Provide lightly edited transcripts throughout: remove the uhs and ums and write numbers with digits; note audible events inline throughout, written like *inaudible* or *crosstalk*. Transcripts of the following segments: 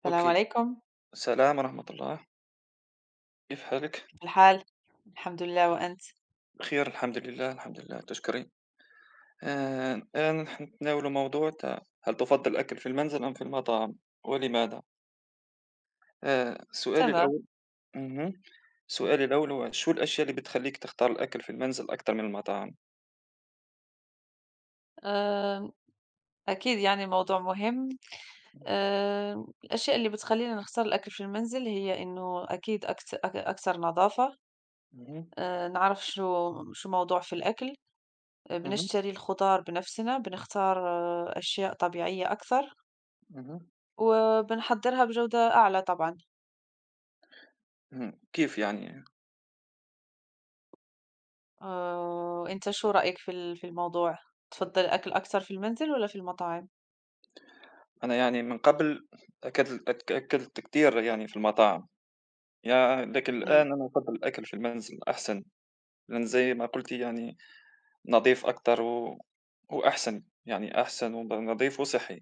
السلام أوكي. عليكم، السلام ورحمة الله، كيف حالك؟ كيف الحال؟ الحمد لله وأنت؟ بخير الحمد لله، الحمد لله تشكري. الآن نتناولوا موضوع تاع هل تفضل الأكل في المنزل أم في المطاعم ولماذا؟ سؤالي تمام، الأول. اهم. سؤالي الأول هو شو الأشياء اللي بتخلّيك تختار الأكل في المنزل أكتر من المطاعم؟ آآ أكيد يعني موضوع مهم. الأشياء اللي بتخلّينا نختار الأكل في المنزل هي إنه أكيد أكت أك أكثر نظافة. اهم، نعرف شو موضوع في الأكل. اهم، بنشتري الخضار بنفسنا، بنختار أشياء طبيعية أكثر، اهم، وبنحضّرها بجودة أعلى طبعًا. اهم. كيف يعني؟ أنت شو رأيك في الموضوع؟ تفضّل الأكل أكثر في المنزل والّا في المطاعم؟ أنا يعني من قبل أكلت كتير يعني في المطاعم، يا لكن إمم، الآن أنا أفضل الأكل في المنزل أحسن، لأن زي ما قلتِ يعني نضيف أكتر و وأحسن، يعني أحسن ونضيف وصحّي،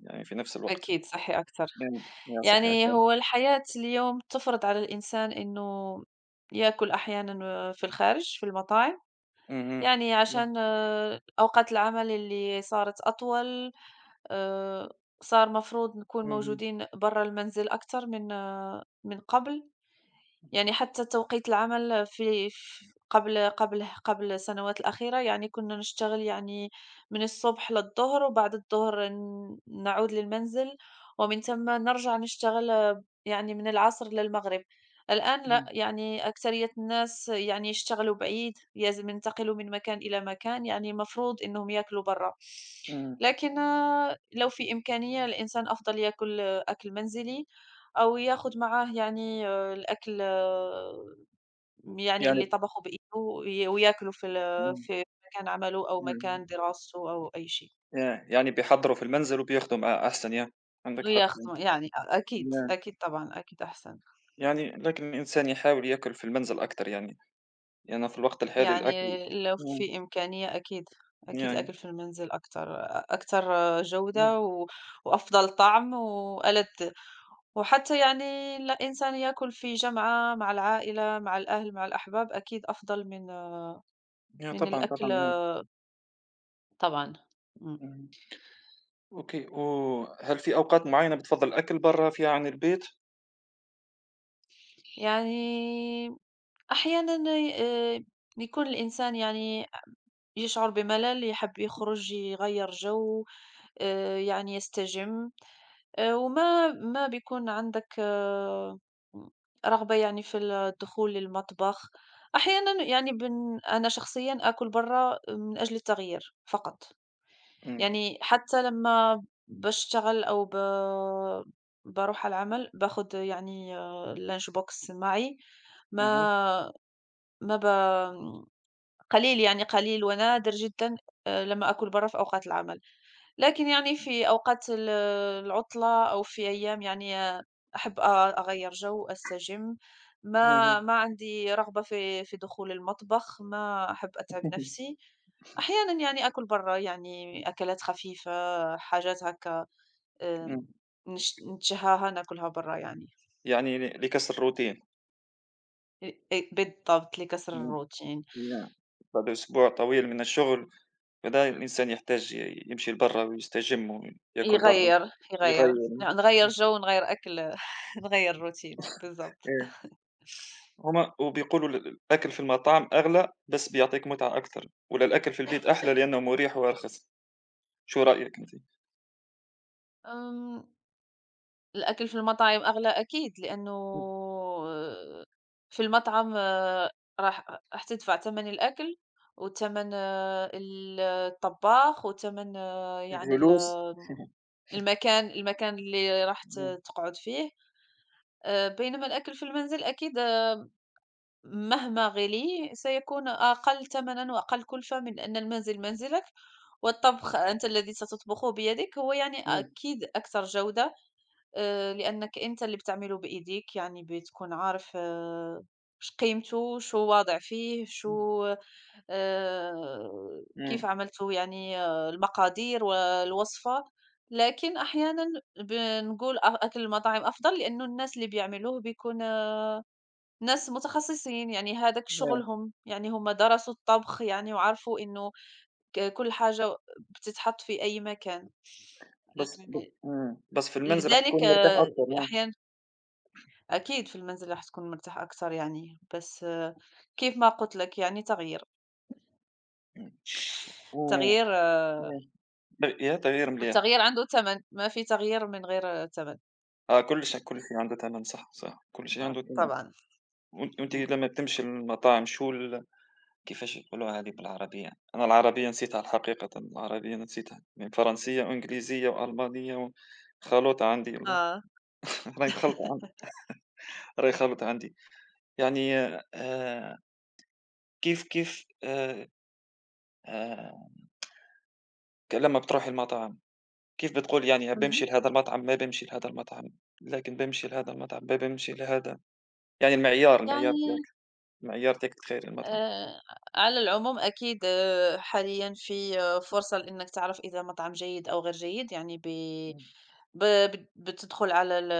يعني في نفس الوقت. أكيد صحّي أكثر. إمم، يا صحّي يعني أكثر. هو الحياة اليوم تفرض على الإنسان إنه يأكل أحيانا في الخارج في المطاعم اهم. يعني إمم، عشان أوقات العمل اللي صارت أطول. آه، صار مفروض نكون اهم، موجودين برا المنزل أكثر من من قبل. يعني حتى توقيت العمل في ف قبل السنوات الأخيرة يعني كنا نشتغل يعني من الصبح للظهر، وبعد الظهر نعود للمنزل، ومن ثم نرجع نشتغل، يعني من العصر للمغرب. الآن لأ، إمم، يعني أكثرية الناس يعني يشتغلوا بعيد، ينتقلوا من مكان إلى مكان، يعني المفروض إنهم ياكلوا برّا. إمم. لكن لو في إمكانية الإنسان أفضل ياكل أكل منزلي. أو ياخد معاه يعني الأكل، يعني اللي يعني طبخه بإيده وياكله إمم، في مكان عمله أو إمم. مكان دراسته أو أي شيء. ياه! يعني بيحضّروا في المنزل وبياخدوا معاه أحسن، ياه، عندك حق يعني. وياخدوا يعني أكيد، ياه! أكيد طبعًا، أكيد أحسن. يعني لكن الإنسان يحاول ياكل في المنزل أكتر يعني، لأن في الوقت الحالي يعني الأكل، لو إمم، في إمكانية أكيد، أكيد ياه، الأكل في المنزل أكتر أكتر إمم. جودة وأفضل طعم وألذ. وحتى يعني الإنسان ياكل في جمعة مع العائلة، مع الأهل، مع الأحباب، أكيد أفضل من ياه من طبعًا، الأكل طبعًا ياه. طبعًا. إمم. إمم. أوكي، وهل في أوقات معيّنة بتفضّل الأكل برّه فيها عن البيت؟ يعني أحيانًا آآ بيكون الإنسان يعني يشعر بملل، يحب يخرج يغيّر جو، يعني يستجم. وما ما بيكون عندك م رغبة يعني في ال الدخول للمطبخ. أحيانًا يعني أنا شخصيًا آكل برّا من أجل التغيير فقط، إمم، يعني حتى لمّا باشتغل أو ب باروح على العمل باخد يعني، lunch box معي، ما أها، ما ب آمم، قليل يعني قليل ونادر جدًا، لما آكل برّا في أوقات العمل. لكن يعني في أوقات العطلة أو في أيام يعني أحب أغيّر جو، أستجم، ما اهم. ما عندي رغبة في دخول المطبخ، ما أحب أتعب اهم، نفسي. أحيانًا يعني آكل برّا يعني أكلات خفيفة، حاجات هاكا، آمم، إمم، نتشهاها ناكلها برّا يعني، يعني لكسر الروتين. أ أ بالضبط لكسر إمم. الروتين. نعم. بعد أسبوع طويل من الشغل، بدأ الإنسان يحتاج يمشي لبرّا ويستجم وياكل برّا، يغيّر، يغيّر، يغيّر. نغيّر جو ونغيّر أكل *laughs* نغيّر الروتين بالضبط. إيه، هُم وبيقولوا الأكل في المطاعم أغلى بس بيعطيك متعة أكثر، ولا الأكل في البيت أحلى لأنه مريح وأرخص، شو رأيك أنت؟ آمم، الأكل في المطاعم أغلى أكيد لأنه إمم، في المطعم، راح راح تدفع تمن الأكل وتمن الطباخ وتمن، يعني الجلوس، المكان اللي راح إمم، تقعد فيه. بينما الأكل في المنزل أكيد مهما غلي سيكون أقل ثمنًا وأقل كلفة من أن المنزل منزلك، والطبخ أنت الذي ستطبخه بيدك هو يعني إمم، أكيد أكثر جودة. لأنك أنت اللي بتعمله بإيديك يعني بتكون عارف، قيمته، شو واضع فيه، إمم، شو آآ، كيف إمم، عملته يعني، المقادير والوصفة. لكن أحيانًا بنقول أكل المطاعم أفضل لأنه الناس اللي بيعملوه بيكون ناس متخصصين يعني هذاك آه، شغلهم، يعني هم درسوا الطبخ يعني وعرفوا إنه كل حاجة بتتحط في أي مكان. آآ بس ب إمم، بس في المنزل لذلك، حتكون مرتاح أكثر، آه، أحيانًا أكيد في المنزل راح تكون مرتاح أكتر يعني، بس، كيف ما قُلت لك يعني تغيير. إمم، إمم، تغيير، إمم، يا تغيير مليح. والتغيير عنده تمن، ما في تغيير من غير تمن. آه كل شيء، كل شيء عنده تمن، صح، صح، كل شيء عنده آه تمن. طبعًا. وأنت إمم. لمّا بتمشي للمطاعم، شو كيفاش يقولوها هذه بالعربية؟ أنا العربية نسيتها الحقيقة، العربية أنا نسيتها، يعني فرنسية وإنجليزية وألمانية و خلوطة عندي والله. آه. *laughs* راهي مخلطة عندي، راهي خلوطة عندي، يعني آآ كيف كيف آآ ك لمّا بتروحي المطاعم، كيف بتقولي يعني بامشي اهم. لهذا المطعم، ما بامشي لهذا المطعم، لكن بامشي لهذا المطعم، ما بامشي لهذا، يعني المعيار تاعك، يعني المعيار تاعك تخيّري المطعم. آآ على العموم أكيد، حاليًا في فرصة لإنك تعرف إذا مطعم جيد أو غير جيد، يعني ب إمم. ب بت بتدخل على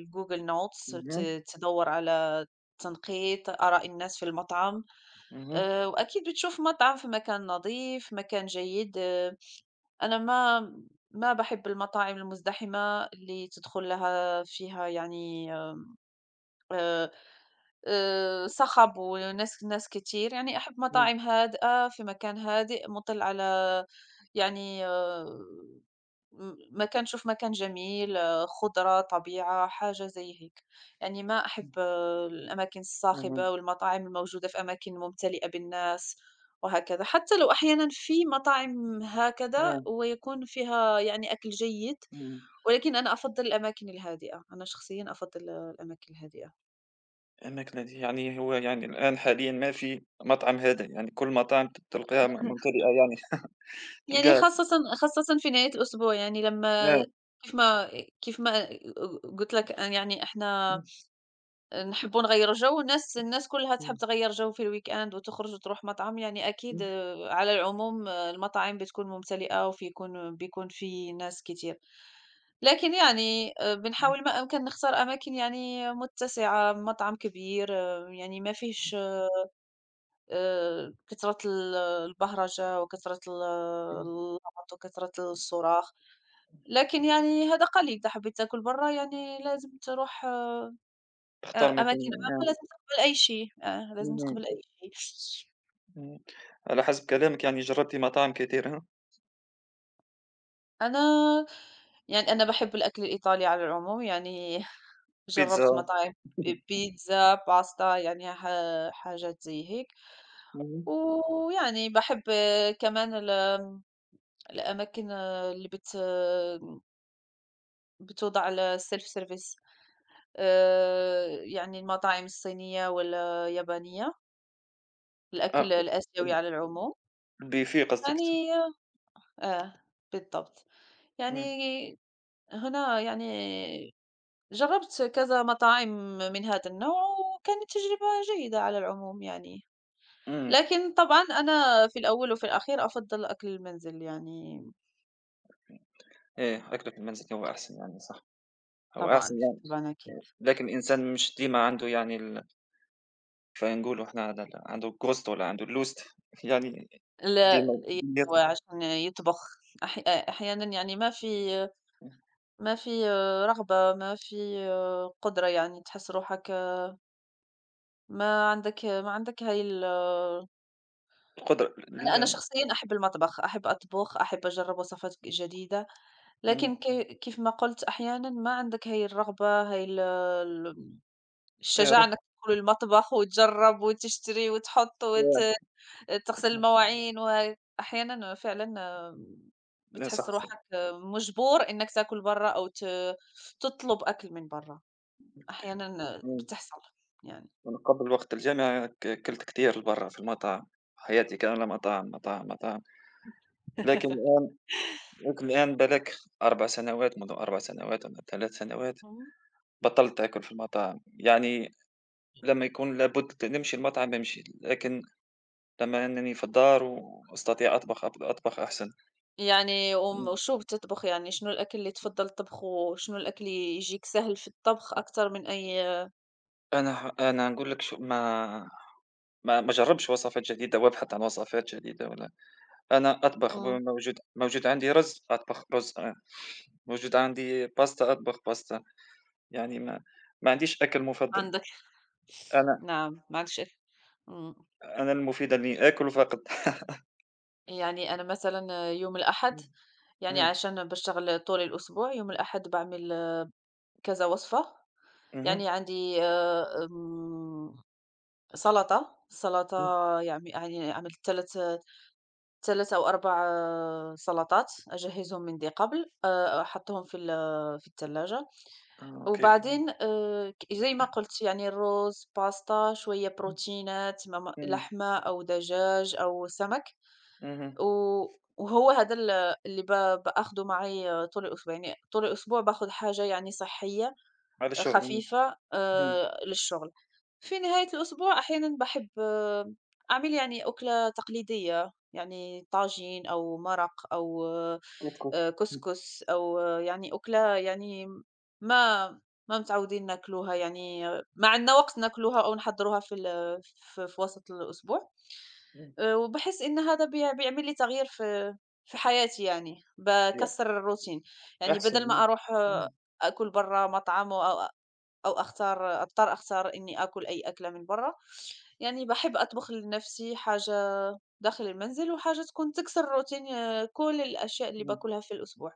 الGoogle notes اهم. تدوّر على تنقيط آراء الناس في المطعم. اهم، وأكيد بتشوف مطعم في مكان نظيف، مكان جيد. أنا ما باحب المطاعم المزدحمة اللي تدخل لها فيها يعني آآ صخب وناس كتير، يعني أحب إمم، مطاعم هادئة في مكان هادئ مُطِل على يعني، مكان شوف مكان جميل، آه، خُضرة، طبيعة، حاجة زي هيك. يعني ما أحب، إمم، الأماكن اهم، الصاخبة والمطاعم الموجودة في أماكن ممتلئة بالناس وهكذا. حتى لو أحيانًا في مطاعم هكذا آه، ويكون فيها يعني أكل جيد، إمم. ولكن أنا أفضّل الأماكن الهادئة، أنا شخصيًا أفضّل الأماكن الهادئة. الماكلة دي يعني هو يعني الآن حاليًا ما في مطعم هذا، يعني كل المطاعم تلقاها ممتلئة يعني. *laughs* يعني تلقاها خاصةً في نهاية الأسبوع، يعني آه، لمّا كيف ما كيف ما قُلت لك، يعني إحنا إمم، نحبّوا نغيّروا جو، الناس كلّها تحب إمم، تغيّر جو في الweekend وتخرج وتروح مطعم، يعني أكيد، إمم، على العموم، المطاعم بتكون ممتلئة وفي يكون بيكون في ناس كتير. لكن يعني إمم، بنحاول ما أمكن نختار أماكن يعني متسعة، مطعم كبير، يعني ما فيهش كثرة البهرجة وكثرة إمم، اللغط وكثرة الصراخ، لكن يعني هذا قليل، إذا حبيت تاكل برّا يعني لازم تروح تختار أماكن مكان عامة آه، لازم تقبل أي شيء، لازم اهم، تقبل أي شيء. إمم، على حسب كلامك يعني جربتِ مطاعم كتير ها؟ أنا أنا باحب الأكل الإيطالي على العموم، يعني *laughs* جرّبت بيتزا. مطاعم، *laughs* بيتزا، باستا، يعني حاجات زي هيك، اهم، ويعني باحب كمان الأماكن، اللي بتوضع على الself service، آآ يعني المطاعم الصينية والّا اليابانية، آه، الأكل الآسيوي على العموم، البوفيه قصدك يعني، آه، بالضبط. يعني إمم، هنا يعني جرّبت كذا مطاعم من هذا النوع وكانت تجربة جيدة على العموم يعني. إمم، لكن طبعًا أنا في الأول وفي الأخير أفضّل أكل المنزل يعني إيه، أكلة في المنزل هو أحسن يعني، صح، هو أحسن طبعًا، يعني، طبعًا أكيد. لكن الإنسان مش ديما عنده يعني فنقولوا إحنا على عنده الGhost والّا عنده الLost *laughs* يعني لا ديما دنيتنا أيوه، عشان يطبخ أحيانًا يعني ما في رغبة، ما في قدرة يعني تحس روحك، ما عندك هاي ال آه، القدرة أنا شخصيًا أحب المطبخ، أحب أطبخ، أحب أجرّب وصفات جديدة، إمم، لكن كيف ما قُلت أحيانًا ما عندك هاي الرغبة، هاي ال ال إيه الشجاعة رحت، إنك تدخل المطبخ وتجرّب وتشتري وتحط تغسل المواعين أحيانًا فعلًا، لا صح، إيه، بتحس صح، روحك، مجبور إنك تاكل برّا أو تطلب أكل من برّا. أحيانًا إمم، بتحصل يعني. أنا قبل وقت الجامعة كلت كتير برّا في المطاعم، حياتي كاملة مطاعم، مطاعم، مطاعم، لكن *laughs* الآن، لكن الآن بالاك 4 سنوات، منذ 4 سنوات والّا 3 سنوات إمم. بطّلت آكل في المطاعم، يعني لمّا يكون لابد نمشي المطعم بامشي، لكن لمّا أنني في الدار وأستطيع أطبخ أحسن. يعني إمم. وشو بتطبخ يعني شنو الأكل اللي تفضّل تطبخه، شنو الأكل اللي يجيك سهل في الطبخ أكتر من أي أنا أنا هنقول لك شو، ما ما أجرّبش وصفات جديدة وأبحث عن وصفات جديدة، ولا أنا أطبخ بما إمم. موجود عندي رز، أطبخ رز آه، موجود عندي باستا، أطبخ باستا، يعني ما عنديش أكل مُفضّل، عندك أنا نعم، ما عندكش أكل إمم. أنا المفيد إني آكل فقط. يعني أنا مثلًا يوم الأحد يعني إمم، عشان باشتغل طول الأسبوع، يوم الأحد باعمل كذا وصفة، اهم، إمم، يعني عندي آمم، سلطة *laughs* يعني عملت 3 أو 4 سلطات أجهّزهم من دي قبل. أحطّهم في التلاجة، آه أوكي، وبعدين ك زي ما قُلت يعني الرز، باستا، شوية بروتينات إمم، لحمة أو دجاج أو سمك، اهم، و وهو هذا اللي باخده معي، طول الأسبوع، يعني طول الأسبوع باخد حاجة يعني صحية هذا الشغل، إمم، خفيفة إمم، للشغل. في نهاية الأسبوع أحيانًا باحب أعمل يعني أكلة تقليدية، يعني طاجين أو مرق أو الكسكس، إمم، كسكس أو، يعني أكلة يعني ما ما متعودين ناكلوها، يعني، ما عندنا وقت ناكلوها أو نحضّروها في ال ف في وسط الأسبوع. إمم، وباحس إن هذا بيعمل لي تغيير في حياتي يعني، ي باكسّر الروتين. يعني أحسن، بدل إمم، ما أروح، إمم، آكل برّا مطعم أو أختار أضطر أختار إني آكل أي أكلة من برّا، يعني باحب أطبخ لنفسي حاجة داخل المنزل وحاجة تكون تكسر روتين، كل الأشياء اللي إمم، باكلها في الأسبوع.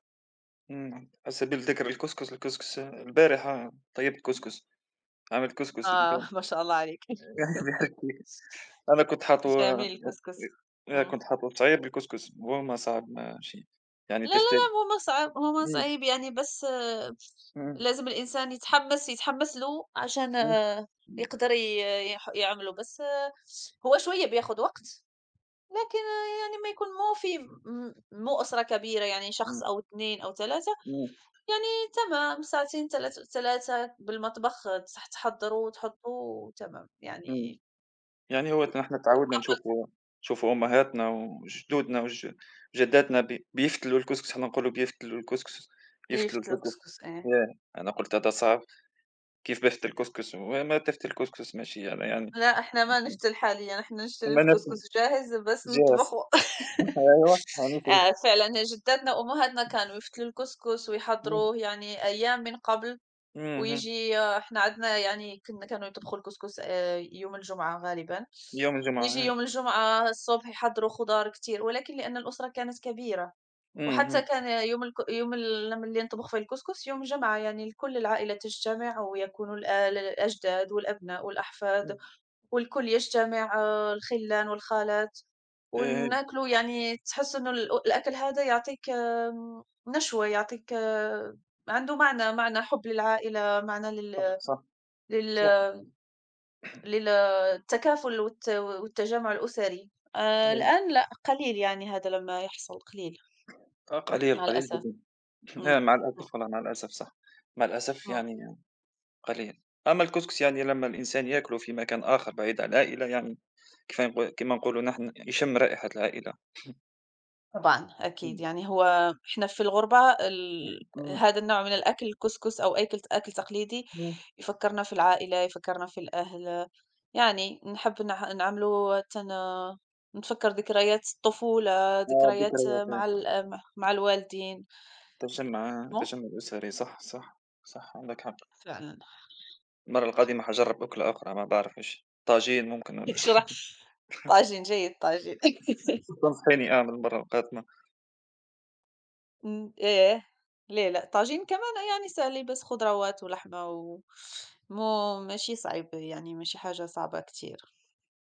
إمم، على سبيل الذكر الكسكس، الكسكس آه، البارحة طيّبت كسكس. أعمل كسكس آه البان. *laughs* ما شاء الله عليك. *laughs* *laughs* أنا كنت حاطه جميل الكسكس. أنا إمم. كنت حاطه صعيب بالكسكس، هو ما صعب ماشي، يعني لا، لا، تشتري، لا هو ما إمم، صعيب يعني بس، إمم، لازم الإنسان يتحمّس، يتحمّس له عشان، إمم، إمم، يقدر ي يح يعمله، بس، هو شوية بياخد وقت. لكن يعني أمّا يكون مو في م مو أسرة كبيرة يعني إمم، شخص أو 2 أو 3 إمم، يعني تمام ساعتين تلات 3 بالمطبخ تصح تحضّروا وتحطّوا وتمام، إمم، يعني يعني هو إحنا كما تعودنا قُلت نشوفوا، نشوفوا أمهاتنا وجدودنا جداتنا بيفتلوا الكسكس، إحنا نقولوا بيفتلوا الكسكس، يفتلوا ليفت الكسكس، الكسكس إيه. ياه! أنا قُلت هذا صعب، كيف بافتل الكسكس، هو ما تفتل الكسكس ماشي أنا يعني. لأ إحنا ما نفتل حاليًا، إحنا نشتري أما أنا، الكسكس جاهز بس جاهز. نطبخه. *laughs* *laughs* أيوه، فعلًا جداتنا وأمهاتنا كانوا يفتلوا الكسكس إمم، ويحضّروه يعني أيام من قبل اهم. ويجي، إحنا عندنا يعني كنا كانوا يطبخوا الكسكس يوم الجمعة غالبًا. يوم ييجي الجمعة آه، يوم الجمعة الصبح يحضّروا خضار كتير، ولكن لأن الأسرة كانت كبيرة، إمم، وحتى إمم، كان يوم الك يوم ال لمّا اللي نطبخ فيه الكسكس يوم الجمعة، يعني الكل العائلة تجتمع ويكون الأجداد والأبناء والأحفاد إمم، والكل يجتمع، الخِلّان والخالات، إيه هي، وناكلوا يعني تحس إنه الأكل هذا يعطيك، نشوة، يعطيك، عنده معنى حُب للعائلة، معنى لل صح، صح، لل صح، للتكافل والتجمع الأسري. إمم، الآن لأ، قليل يعني هذا لمّا يحصل قليل آه قليل، مع قليل الأسف. جدًا، آه إمم، مع إمم، الأسف والله مع الأسف صح، مع الأسف إمم. يعني قليل، أما الكسكس يعني لمّا الإنسان ياكله في مكان آخر بعيد عن العائلة يعني كيف نقو كيما نقولوا نحن يشم رائحة العائلة، طبعًا أكيد، إمم، يعني هو إحنا في الغربة إمم، هذا النوع من الأكل الكسكس أو أكل تقليدي إمم، يفكّرنا في العائلة، يفكّرنا في الأهل، يعني نحب نعمله حتى نتفكّر ذكريات الطفولة، آه ذكريات ذكريات آه، مع الوالدين. مو تجمّع أسري، صح، صح، صح عندك حق. فعلًا. *laughs* المرة القادمة حاجرّب أكلة أخرى ما باعرفش، طاجين ممكن والّا شرح طاجين، جيد طاجين. *laughs* *laughs* تنصحيني أعمل المرة القادمة. إمم، ياه! ليه لأ، طاجين كمان يعني سهل بس خضروات ولحمة و مو ماشي صعيب يعني ماشي حاجة صعبة كتير،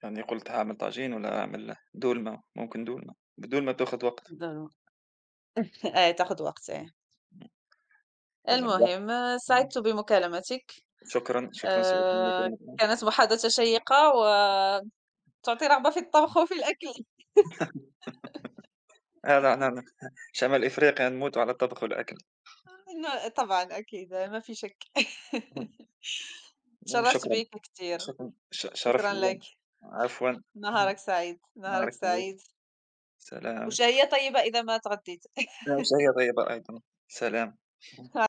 يعني قُلت هاعمل طاجين والّا هاعمل دولمة، ممكن دولمة، الدولمة بتاخد وقت، ضرو آه، *laughs* تاخد وقت إيه. لازم. المهم، إمم، سعدت بمكالمتِك، شكرًا، شكرًا، آآ، كانت محادثة شيقة وتعطي رغبة في الطبخ وفي الأكل. لا، لا، لا، لا، شمال إفريقيا نموتوا على الطبخ والأكل، *laughs* طبعًا أكيد ما في شك. اهم، *laughs* المهم اتشرفت شكرًا، بيك كتير، شكرًا، شرف شكرًا ليّا، لك، عفوًا، نهارك *laughs* سعيد، نهارك نهارك سعيد، سعيد، سلام، وشهية طيبة إذا ما تغديت. أنا سعيد أيضًا، سلام. *laughs*